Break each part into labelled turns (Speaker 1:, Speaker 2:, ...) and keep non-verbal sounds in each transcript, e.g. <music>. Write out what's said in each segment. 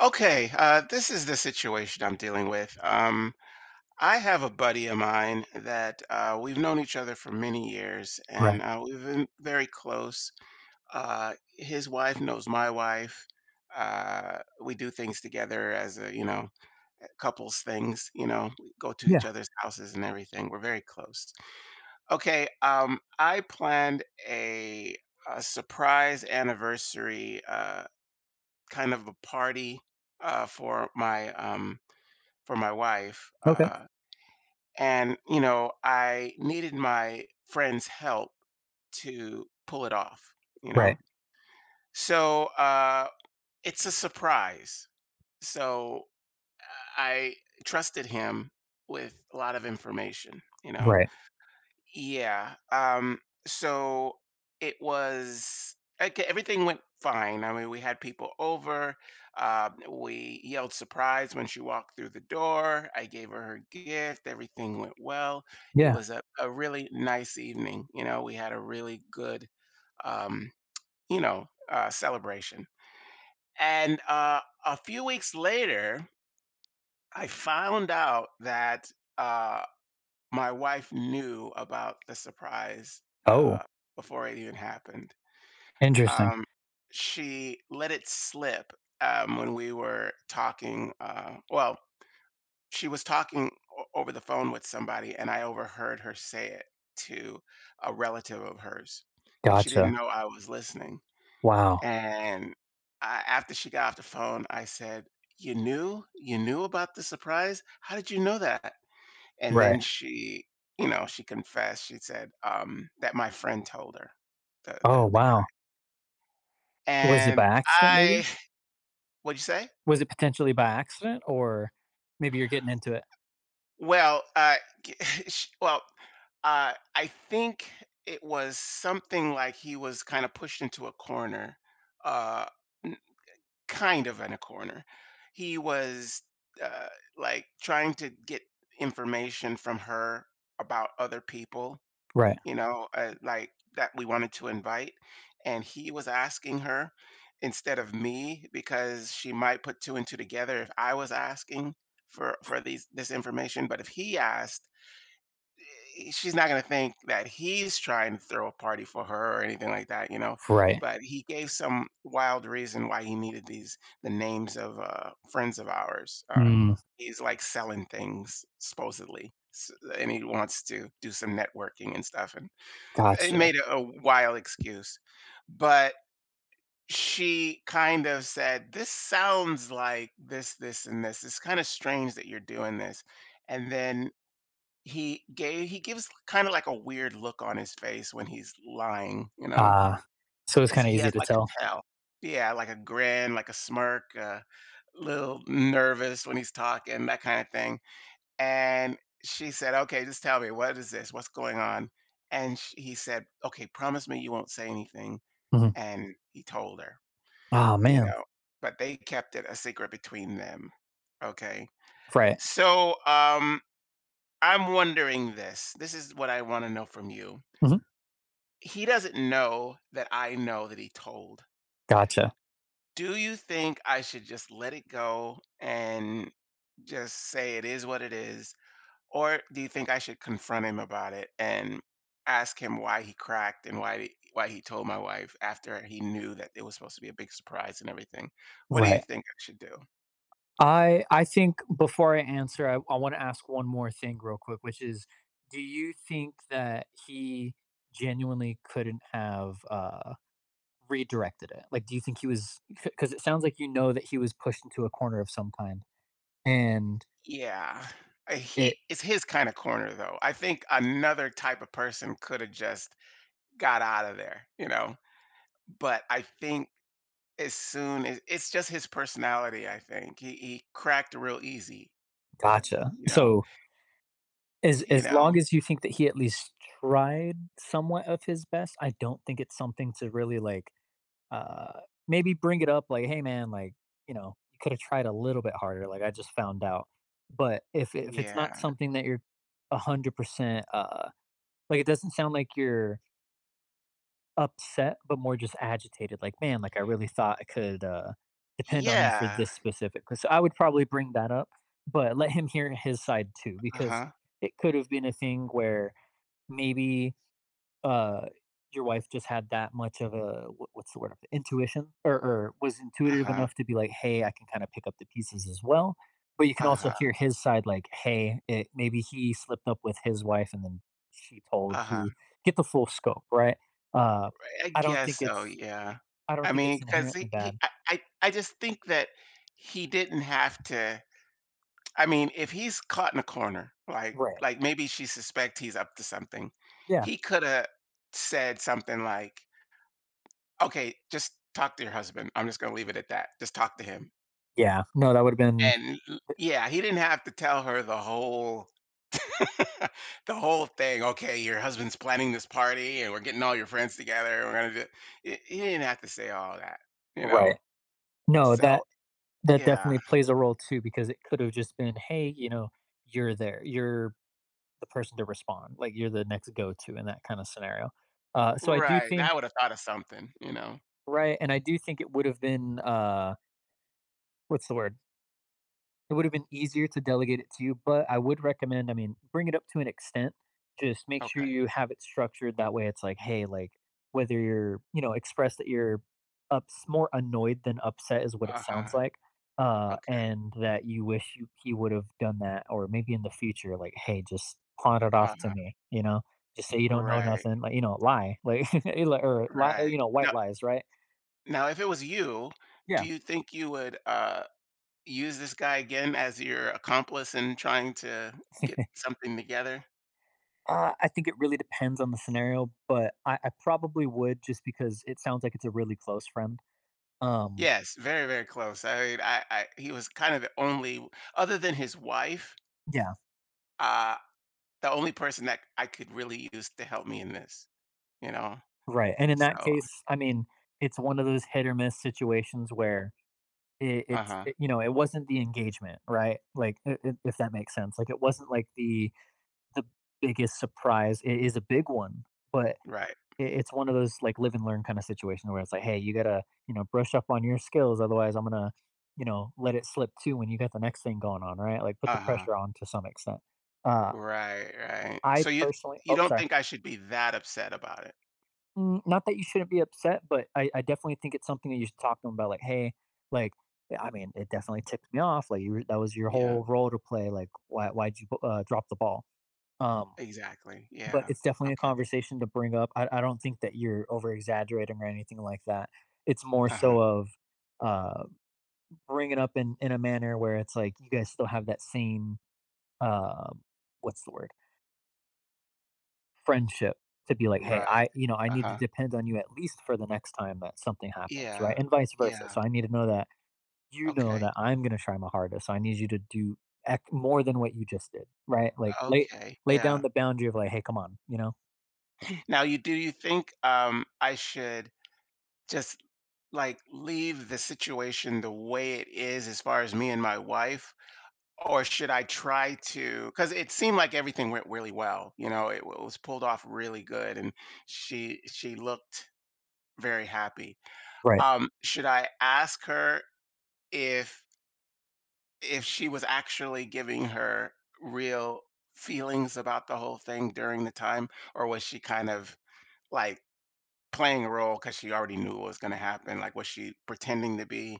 Speaker 1: Okay, this is the situation I'm dealing with. I have a buddy of mine that we've known each other for many years,
Speaker 2: Right.
Speaker 1: and we've been very close. His wife knows my wife. We do things together as a, you know, eh, couples things. You know, we go to each
Speaker 2: Yeah.
Speaker 1: other's houses and everything. We're very close. Okay, I planned a surprise anniversary, kind of a party uh, for my um, for my wife,
Speaker 2: Okay.
Speaker 1: and, you know, I needed my friend's help to pull it off, you know?
Speaker 2: Right.
Speaker 1: So, it's a surprise. So, I trusted him with a lot of information, you know?
Speaker 2: Right.
Speaker 1: Yeah. So it was okay, everything went fine. I mean, we had people over. We yelled surprise when she walked through the door. I gave her her gift. Everything went well. It
Speaker 2: Yeah.
Speaker 1: was a really nice evening. You know, we had a really good, um, celebration. And a few weeks later, I found out that. uh, my wife knew about the surprise
Speaker 2: Oh,
Speaker 1: before it even happened.
Speaker 2: interesting.
Speaker 1: Um, she let it slip when we were talking. Well, she was talking over the phone with somebody, and I overheard her say it to a relative of hers, and she didn't
Speaker 2: Gotcha.
Speaker 1: know I was listening.
Speaker 2: Wow.
Speaker 1: And after she got off the phone, I said, "You knew? You knew about the surprise? How did you know that?" And
Speaker 2: Right.
Speaker 1: then she she confessed. She said, that my friend told her, the
Speaker 2: Oh,
Speaker 1: the the guy.
Speaker 2: wow. Was it
Speaker 1: And
Speaker 2: by accident maybe?
Speaker 1: I <laughs> what'd you say?
Speaker 2: Was it potentially by accident, or maybe you're getting into it?
Speaker 1: Well, <laughs> sh well, I think it was something like he was kinda pushed into a corner, uh, n kind of in a corner. He was, uh, like, trying to get information from her about other people,
Speaker 2: Right.
Speaker 1: you know, like that we wanted to invite. And he was asking her instead of me because she might put two and two together if I was asking for these this information. But if he asked, she's not going to think that he's trying to throw a party for her or anything like that, you know.
Speaker 2: Right.
Speaker 1: But he gave some wild reason why he needed the names of friends of ours.
Speaker 2: Mm,
Speaker 1: He's like selling things supposedly, and he wants to do some networking and stuff. And it
Speaker 2: gotcha.
Speaker 1: made a wild excuse, but she kind of said, "This sounds like this, and this. It's kind of strange that you're doing this." And then he gives kind of like a weird look on his face when he's lying, you know?
Speaker 2: Ah, so it's
Speaker 1: It's
Speaker 2: kinda
Speaker 1: he
Speaker 2: easy
Speaker 1: has
Speaker 2: to
Speaker 1: like a
Speaker 2: tell.
Speaker 1: tell. Yeah, like a grin, like a smirk, a little nervous when he's talking, that kind of thing. And she said, "Okay, just tell me, what is this? What's going on?" And sh he said, "Okay, promise me you won't say anything."
Speaker 2: Mhm.
Speaker 1: And he told her,
Speaker 2: Aw,
Speaker 1: you
Speaker 2: man.
Speaker 1: know, but they kept it a secret between them. Okay.
Speaker 2: Right.
Speaker 1: So, I'm wondering this. This is what I want to know from you.
Speaker 2: Mhm.
Speaker 1: He doesn't know that I know that he told.
Speaker 2: Gotcha.
Speaker 1: Do you think I should just let it go and just say it is what it is? Or do you think I should confront him about it and ask him why he cracked and why he told my wife after he knew that it was supposed to be a big surprise and everything? What do you
Speaker 2: Right.
Speaker 1: think I should do?
Speaker 2: I think before I answer, I want to ask one more thing real quick, which is, do you think that he genuinely couldn't have redirected it? Like, do you think he was? Because it sounds like you know that he was pushed into a corner of some kind, and
Speaker 1: Yeah. He
Speaker 2: it
Speaker 1: it's his kind of corner though. I think another type of person could have just got out of there, you know. But I think as soon as it's just his personality, I think. He cracked real easy,
Speaker 2: gotcha.
Speaker 1: you know.
Speaker 2: So
Speaker 1: You
Speaker 2: as long
Speaker 1: know?
Speaker 2: as you think that he at least tried somewhat of his best, I don't think it's something to really like Uh, maybe bring it up like, "Hey, man, like, you know, you could have tried a little bit harder. Like, I just found out." But if it's not
Speaker 1: Yeah.
Speaker 2: something that you're 100%, like, it doesn't sound like you're upset, but more just agitated. Like, "Man, like, I really thought I could, depend on you for
Speaker 1: Yeah.
Speaker 2: this specific. So I would probably bring that up, but let him hear his side too, because
Speaker 1: Uh-huh.
Speaker 2: it could have been a thing where maybe uh, your wife just had that much of a wha what's the word? Intuition, or was intuitive
Speaker 1: Uh-huh.
Speaker 2: enough to be like, "Hey, I can kinda pick up the pieces as well." But you can also
Speaker 1: Uh-huh.
Speaker 2: hear his side like, "Hey, it maybe he slipped up with his wife and then she told
Speaker 1: Uh-huh.
Speaker 2: who." Get the full scope, right? Uh,
Speaker 1: I
Speaker 2: I don't
Speaker 1: guess
Speaker 2: think
Speaker 1: so,
Speaker 2: it's
Speaker 1: yeah.
Speaker 2: I don't
Speaker 1: I
Speaker 2: think
Speaker 1: mean,
Speaker 2: it's
Speaker 1: because
Speaker 2: inherently
Speaker 1: he
Speaker 2: bad.
Speaker 1: I just think that he didn't have to I mean, if he's caught in a corner,
Speaker 2: Right.
Speaker 1: like maybe she suspect he's up to something,
Speaker 2: Yeah.
Speaker 1: he coulda said something like, "Okay, just talk to your husband. I'm just gonna leave it at that. Just talk to him."
Speaker 2: Yeah. No, that would've been
Speaker 1: And l yeah, he didn't have to tell her the whole <laughs> the whole thing, "Okay, your husband's planning this party, and we're getting all your friends together, we're gonna do." He he didn't have to say all that, you know?
Speaker 2: Right. No,
Speaker 1: So
Speaker 2: that that
Speaker 1: yeah.
Speaker 2: definitely plays a role too, because it could've just been, "Hey, you know, you're there. You're the person to respond. Like you're the next go-to in that kind of scenario. So I do
Speaker 1: Right, I
Speaker 2: think
Speaker 1: would have thought of something, you know?
Speaker 2: right, and I do think it would have been what's the word? It would have been easier to delegate it to you, but I would recommend, I mean, bring it up to an extent. Just make sure
Speaker 1: Okay.
Speaker 2: you have it structured that way. It's like, hey, like whether you're, you know, express that you're ups more annoyed than upset is what it
Speaker 1: Uh-huh.
Speaker 2: sounds like.
Speaker 1: Okay.
Speaker 2: And that you wish you he would have done that, or maybe in the future, like, hey, just pawn it off to
Speaker 1: Uh-huh.
Speaker 2: me, you know, just say you don't know
Speaker 1: Right,
Speaker 2: nothing, like, you know, lie, like, <laughs> or lie,
Speaker 1: right.
Speaker 2: you know,
Speaker 1: Now
Speaker 2: white lies, right?
Speaker 1: now if it was you, do
Speaker 2: Yeah,
Speaker 1: you think you would, use this guy again as your accomplice in trying to get
Speaker 2: <laughs>
Speaker 1: something together?
Speaker 2: I think it really depends on the scenario, but I probably would, just because it sounds like it's a really close friend. Um,
Speaker 1: Yes, very, very close. I mean, I he was kind of the only other than his wife,
Speaker 2: yeah,
Speaker 1: uh, the only person that I could really use to help me in this, you know?
Speaker 2: right. And in that
Speaker 1: So
Speaker 2: case, I mean, it's one of those hit or miss situations where
Speaker 1: uh-huh.
Speaker 2: you know it wasn't the engagement, right? Like I- if that makes sense. Like it wasn't like the biggest surprise. It is a big one, but I
Speaker 1: Right.
Speaker 2: it's one of those, like, live and learn kinda situation where it's like, "Hey, you gotta, you know, brush up on your skills, otherwise I'm gonna, you know, let it slip too when you got the next thing going on," right? Like, put the
Speaker 1: Uh-huh.
Speaker 2: pressure on to some extent. Uh,
Speaker 1: Right, right.
Speaker 2: I
Speaker 1: So you
Speaker 2: personally
Speaker 1: you
Speaker 2: oh,
Speaker 1: don't
Speaker 2: sorry.
Speaker 1: think I should be that upset about it?
Speaker 2: Mm, not that you shouldn't be upset, but I definitely think it's something that you should talk to 'em about, like, "Hey," like, yeah, I mean, "It definitely tipped me off, like, you were that was your
Speaker 1: Yeah,
Speaker 2: whole role to play, like, why why'd you, drop the ball?" Um
Speaker 1: exactly.
Speaker 2: But
Speaker 1: Yeah.
Speaker 2: it's definitely a
Speaker 1: Okay.
Speaker 2: conversation to bring up. I don't think that you're over exaggerating or anything like that. It's more
Speaker 1: Uh-huh.
Speaker 2: so of, uh, bringing up in a manner where it's like you guys still have that same, uh, what's the word? Friendship to be like, "Hey,
Speaker 1: Right.
Speaker 2: I you know, I need to
Speaker 1: Uh-huh.
Speaker 2: depend on you at least for the next time that something happens," right?
Speaker 1: Yeah.
Speaker 2: And vice versa.
Speaker 1: Yeah.
Speaker 2: So I need to know that you know
Speaker 1: Okay.
Speaker 2: that I'm gonna try my hardest, so I need you to do ec more than what you just did, right? Like,
Speaker 1: Okay.
Speaker 2: lay down
Speaker 1: Yeah.
Speaker 2: the boundary of like, "Hey, come on," you know?
Speaker 1: <laughs> Now you do you think, I should just, like, leave the situation the way it is as far as me and my wife? Or should I try to? Because it seemed like everything went really well, you know, was pulled off really good, and she looked very happy.
Speaker 2: Right.
Speaker 1: Should I ask her if if she was actually giving her real feelings about the whole thing during the time, or was she kind of like playing a role because she already knew what was going to happen? Like, was she pretending to be,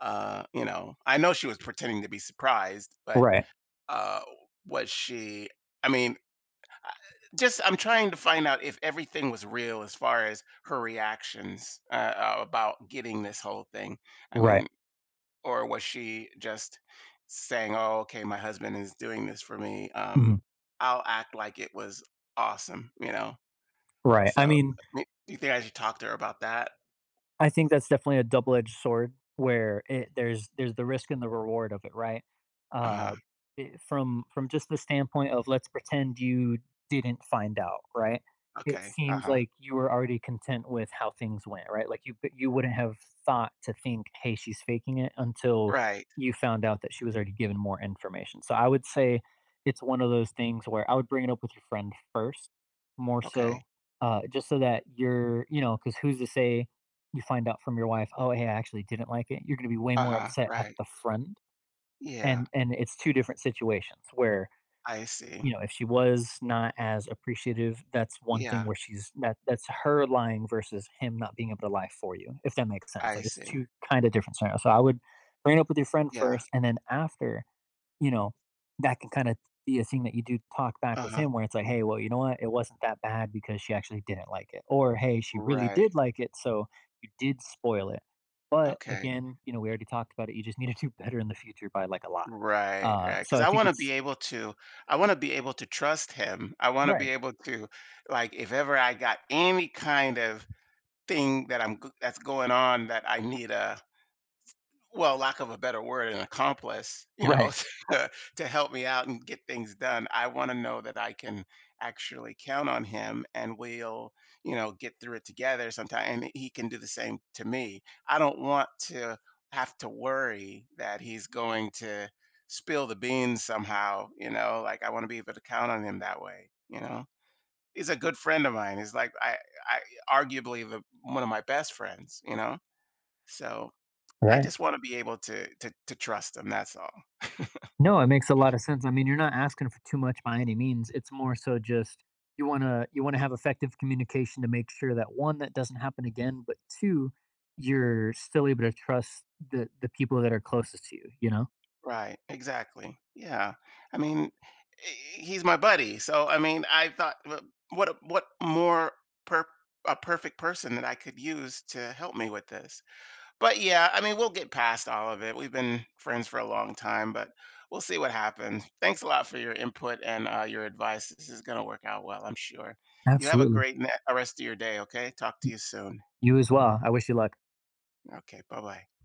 Speaker 1: you know, I know she was pretending to be surprised, but
Speaker 2: Right.
Speaker 1: uh, was she? I mean, I- just I'm trying to find out if everything was real as far as her reactions about getting this whole thing. I
Speaker 2: Right.
Speaker 1: mean, or was she just saying, "Oh, okay, my husband is doing this for me.
Speaker 2: Mhm.
Speaker 1: I'll act like it was awesome," you know?
Speaker 2: Right.
Speaker 1: So,
Speaker 2: I mean,
Speaker 1: I mean, do you think I should talk to her about that?
Speaker 2: I think that's definitely a double-edged sword where it there's the risk and the reward of it, right?
Speaker 1: Uh-huh.
Speaker 2: Uh, it, from just the standpoint of let's pretend you didn't find out, right? It
Speaker 1: Okay.
Speaker 2: seems
Speaker 1: Uh-huh.
Speaker 2: like you were already content with how things went, right? Like you wouldn't have thought to think, hey, she's faking it until
Speaker 1: Right.
Speaker 2: you found out that she was already given more information. So I would say it's one of those things where I would bring it up with your friend first, more
Speaker 1: Okay.
Speaker 2: so, just so that you're, you know, because who's to say you find out from your wife, "Oh, hey, I actually didn't like it," you're gonna be way more
Speaker 1: Uh-huh.
Speaker 2: upset at
Speaker 1: Right.
Speaker 2: the friend.
Speaker 1: Yeah.
Speaker 2: And it's 2 different situations where,
Speaker 1: I see.
Speaker 2: you know, if she was not as appreciative, that's one thing
Speaker 1: Yeah.
Speaker 2: where she's that that's her lying versus him not being able to lie for you, if that makes sense.
Speaker 1: I
Speaker 2: Like, it's
Speaker 1: see.
Speaker 2: 2 kinda different scenarios. So I would bring it up with your friend
Speaker 1: Yeah.
Speaker 2: first, and then after you know, that can kind of be a thing that you do talk back with
Speaker 1: Uh-huh.
Speaker 2: him where it's like, hey, well, you know what? It wasn't that bad because she actually didn't like it. Or, hey, she really
Speaker 1: Right.
Speaker 2: did like it. So you did spoil it. But
Speaker 1: Okay.
Speaker 2: again, you know, we already talked about it. You just need to do better in the future by like a lot.
Speaker 1: Right, right.
Speaker 2: So
Speaker 1: Because
Speaker 2: I
Speaker 1: I
Speaker 2: think
Speaker 1: wanna be
Speaker 2: it's
Speaker 1: able to I wanna be able to trust him. I wanna be
Speaker 2: right,
Speaker 1: able to like, if ever I got any kind of thing that's going on that I need a well, lack of a better word, an accomplice, you know,
Speaker 2: right,
Speaker 1: <laughs> to to help me out and get things done. I wanna know that I can actually count on him and we'll, you know, get through it together sometime, and he can do the same to me. I don't want to have to worry that he's going to spill the beans somehow, you know, like, I wanna be able to count on him that way, you know? He's a good friend of mine. He's like I arguably the one of my best friends, you know? So I
Speaker 2: right.
Speaker 1: just want to be able to to trust him, that's all.
Speaker 2: No, it makes a lot of sense. I mean, you're not asking for too much by any means. It's more so just you want to have effective communication to make sure that one that doesn't happen again, but two you're still able to trust the people that are closest to you, you know?
Speaker 1: Right, exactly. Yeah. I mean, he's my buddy. So I mean, I thought what more per a perfect person that I could use to help me with this. But yeah, I mean, we'll get past all of it. We've been friends for a long time, but we'll see what happens. Thanks a lot for your input and your advice. This is going to work out well, I'm sure. You have a
Speaker 2: Absolutely.
Speaker 1: great rest of your day, okay? Talk to
Speaker 2: Y-
Speaker 1: you soon.
Speaker 2: You as well. I wish you luck.
Speaker 1: Okay, bye bye.